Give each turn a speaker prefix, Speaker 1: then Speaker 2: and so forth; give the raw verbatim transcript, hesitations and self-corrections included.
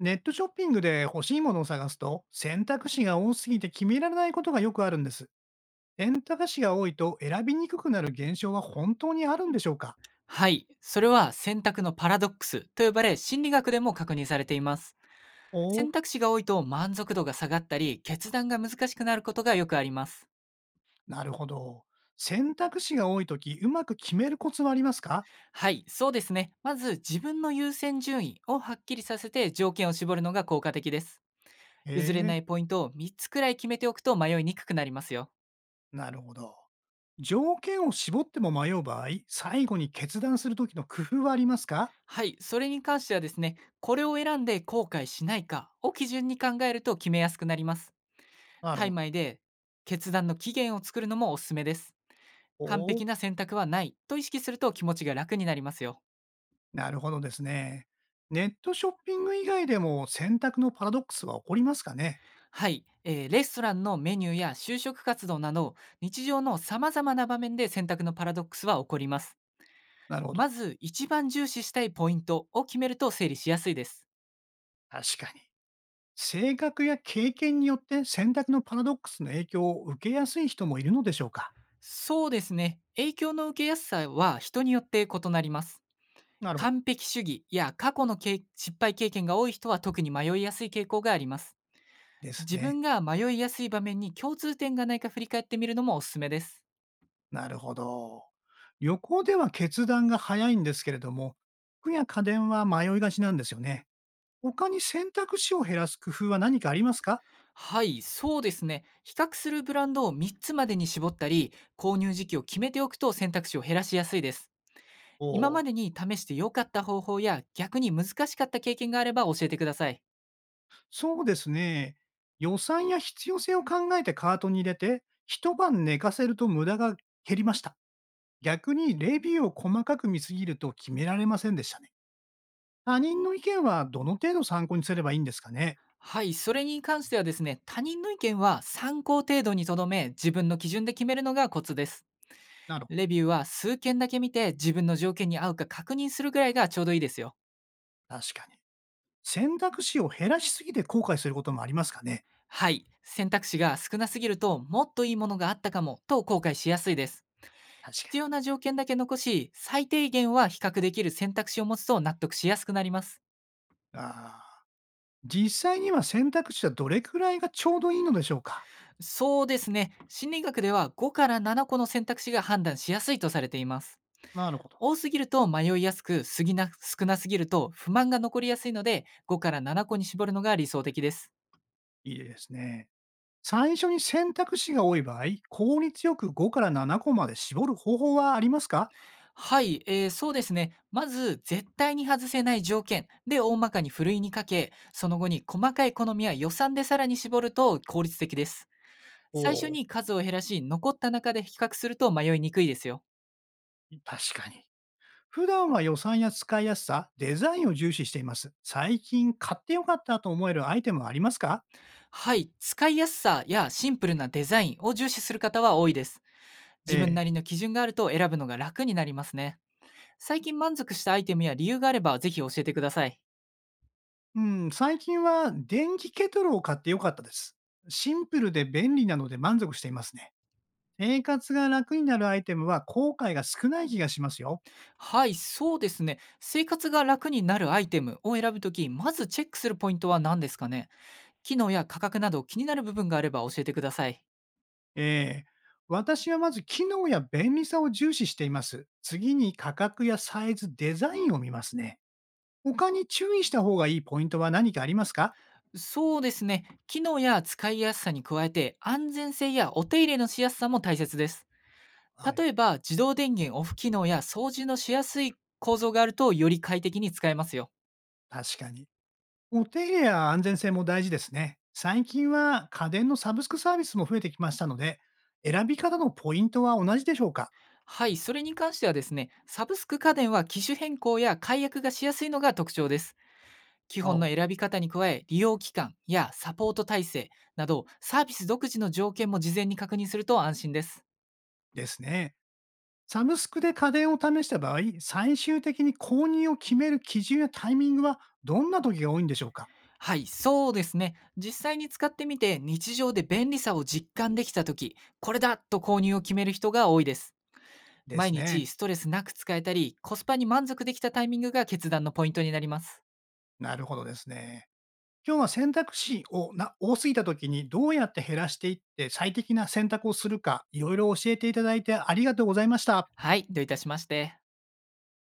Speaker 1: ネットショッピングで欲しいものを探すと、選択肢が多すぎて決められないことがよくあるんです。選択肢が多いと選びにくくなる現象は本当にあるんでしょうか？
Speaker 2: はい。それは選択のパラドックスと呼ばれ、心理学でも確認されています。
Speaker 1: おお、
Speaker 2: 選択肢が多いと満足度が下がったり、決断が難しくなることがよくあります。
Speaker 1: なるほど。選択肢が多いとき、うまく決めるコツはありますか？
Speaker 2: はい、そうですね。まず自分の優先順位をはっきりさせて条件を絞るのが効果的です。譲れ
Speaker 1: え
Speaker 2: な
Speaker 1: え。
Speaker 2: いポイントをみっつくらい決めておくと迷いにくくなりますよ。
Speaker 1: なるほど。条件を絞っても迷う場合、最後に決断するときの工夫はありますか？
Speaker 2: はい、それに関してはですね、これを選んで後悔しないかを基準に考えると決めやすくなります。
Speaker 1: なる
Speaker 2: タ
Speaker 1: ほ
Speaker 2: イマ
Speaker 1: ど。
Speaker 2: イで決断の期限を作るのもおすすめです。
Speaker 1: お
Speaker 2: 完璧
Speaker 1: お、
Speaker 2: な選択はないと意識すると気持ちが楽になりますよ。
Speaker 1: なるほどですね。ネットショッピング以外でも選択のパラドックスは起こりますかね？
Speaker 2: はい、えーレストランのメニューや就職活動など日常の様々な場面で選択のパラドックスは起こります。
Speaker 1: なるほど。
Speaker 2: まず一番重視したいポイントを決めると整理しやすいです。
Speaker 1: 確かに。性格や経験によって選択のパラドックスの影響を受けやすい人もいるのでしょうか？
Speaker 2: そうですね。影響の受けやすさは人によって異なります。
Speaker 1: なるほど。
Speaker 2: 完璧主義や過去の経失敗経験が多い人は特に迷いやすい傾向があります。
Speaker 1: です
Speaker 2: 自
Speaker 1: ね。
Speaker 2: 分が迷いやすい場面に共通点がないか振り返ってみるのもおすすめです。
Speaker 1: なるほど。旅行では決断が早いんですけれども、服や家電は迷いがちなんですよね。他に選択肢を減らす工夫は何かありますか？
Speaker 2: はい、そうですね。比較するブランドをみっつまでに絞ったり、購入時期を決めておくと選択肢を減らしやすいです。
Speaker 1: お
Speaker 2: 今
Speaker 1: お
Speaker 2: ま
Speaker 1: ー、
Speaker 2: でに試して良かった方法や逆に難しかった経験があれば教えてください。
Speaker 1: そうですね。予算や必要性を考えてカートに入れて、一晩寝かせると無駄が減りました。逆にレビューを細かく見すぎると決められませんでしたね。他人の意見はどの程度参考にすればいいんですかね？
Speaker 2: はい、それに関してはですね、他人の意見は参考程度にとどめ、自分の基準で決めるのがコツです。
Speaker 1: なるほ
Speaker 2: レビューは数件だけ見て自分の条件に合うか確認するぐらいがちょうどいいですよ。
Speaker 1: ど。確かに。選択肢を減らしすぎて後悔することもありますかね？
Speaker 2: はい、選択肢が少なすぎるともっといいものがあったかもと後悔しやすいです。
Speaker 1: 確
Speaker 2: 必
Speaker 1: か
Speaker 2: 要な条件だけ残し、最低限は比較できる選択肢を持つと納得しやすくなります。
Speaker 1: に。ああ。実際には選択肢はどれくらいがちょうどいいのでしょうか？
Speaker 2: そうですね。心理学ではごからななこの選択肢が判断しやすいとされています。
Speaker 1: なるほど。
Speaker 2: 多すぎると迷いやすく、すぎな少なすぎると不満が残りやすいので、ごからななこに絞るのが理想的です。
Speaker 1: いいですね。最初に選択肢が多い場合、効率よくごからななこまで絞る方法はありますか？
Speaker 2: はい、えー、そうですね。まず、絶対に外せない条件で大まかにふるいにかけ、その後に細かい好みや予算でさらに絞ると効率的です。
Speaker 1: お
Speaker 2: 最初
Speaker 1: お
Speaker 2: に数を減らし、残った中で比較すると迷いにくいですよ。
Speaker 1: ー、確かに。普段は予算や使いやすさ、デザインを重視しています。最近買ってよかったと思えるアイテムはありますか？
Speaker 2: はい、使いやすさやシンプルなデザインを重視する方は多いです。自
Speaker 1: え
Speaker 2: 分
Speaker 1: え。
Speaker 2: なりの基準があると選ぶのが楽になりますね。最近満足したアイテムや理由があればぜひ教えてください。
Speaker 1: うん、最近は電気ケトルを買ってよかったです。シンプルで便利なので満足していますね。生活が楽になるアイテムは後悔が少ない気がしますよ。
Speaker 2: はい、そうですね。生活が楽になるアイテムを選ぶとき、まずチェックするポイントは何ですかね。機能や価格など気になる部分があれば教えてください。
Speaker 1: ええ。私はまず機能や便利さを重視しています。次に価格やサイズ、デザインを見ますね。他に注意した方がいいポイントは何かありますか？
Speaker 2: そうですね。機能や使いやすさに加えて、安全性やお手入れのしやすさも大切です。
Speaker 1: はい、
Speaker 2: 例えば、自動電源オフ機能や掃除のしやすい構造があると、より快適に使えますよ。
Speaker 1: 確かに。お手入れや安全性も大事ですね。最近は家電のサブスクサービスも増えてきましたので、選び方のポイントは同じでしょうか？
Speaker 2: はい、それに関してはですね、サブスク家電は機種変更や解約がしやすいのが特徴です。基本の
Speaker 1: 青。
Speaker 2: 選び方に加え、利用期間やサポート体制など、サービス独自の条件も事前に確認すると安心です。
Speaker 1: ですね。サブスクで家電を試した場合、最終的に購入を決める基準やタイミングはどんな時が多いんでしょうか？
Speaker 2: はい、そうですね。実際に使ってみて、日常で便利さを実感できたとき、これだと購入を決める人が多いです。
Speaker 1: で
Speaker 2: 毎
Speaker 1: す
Speaker 2: 日
Speaker 1: ね。
Speaker 2: ストレスなく使えたり、コスパに満足できたタイミングが決断のポイントになります。
Speaker 1: なるほどですね。今日は選択肢をな多すぎた時にどうやって減らしていって最適な選択をするか、いろいろ教えていただいてありがとうございました。
Speaker 2: はい、どういたしまして。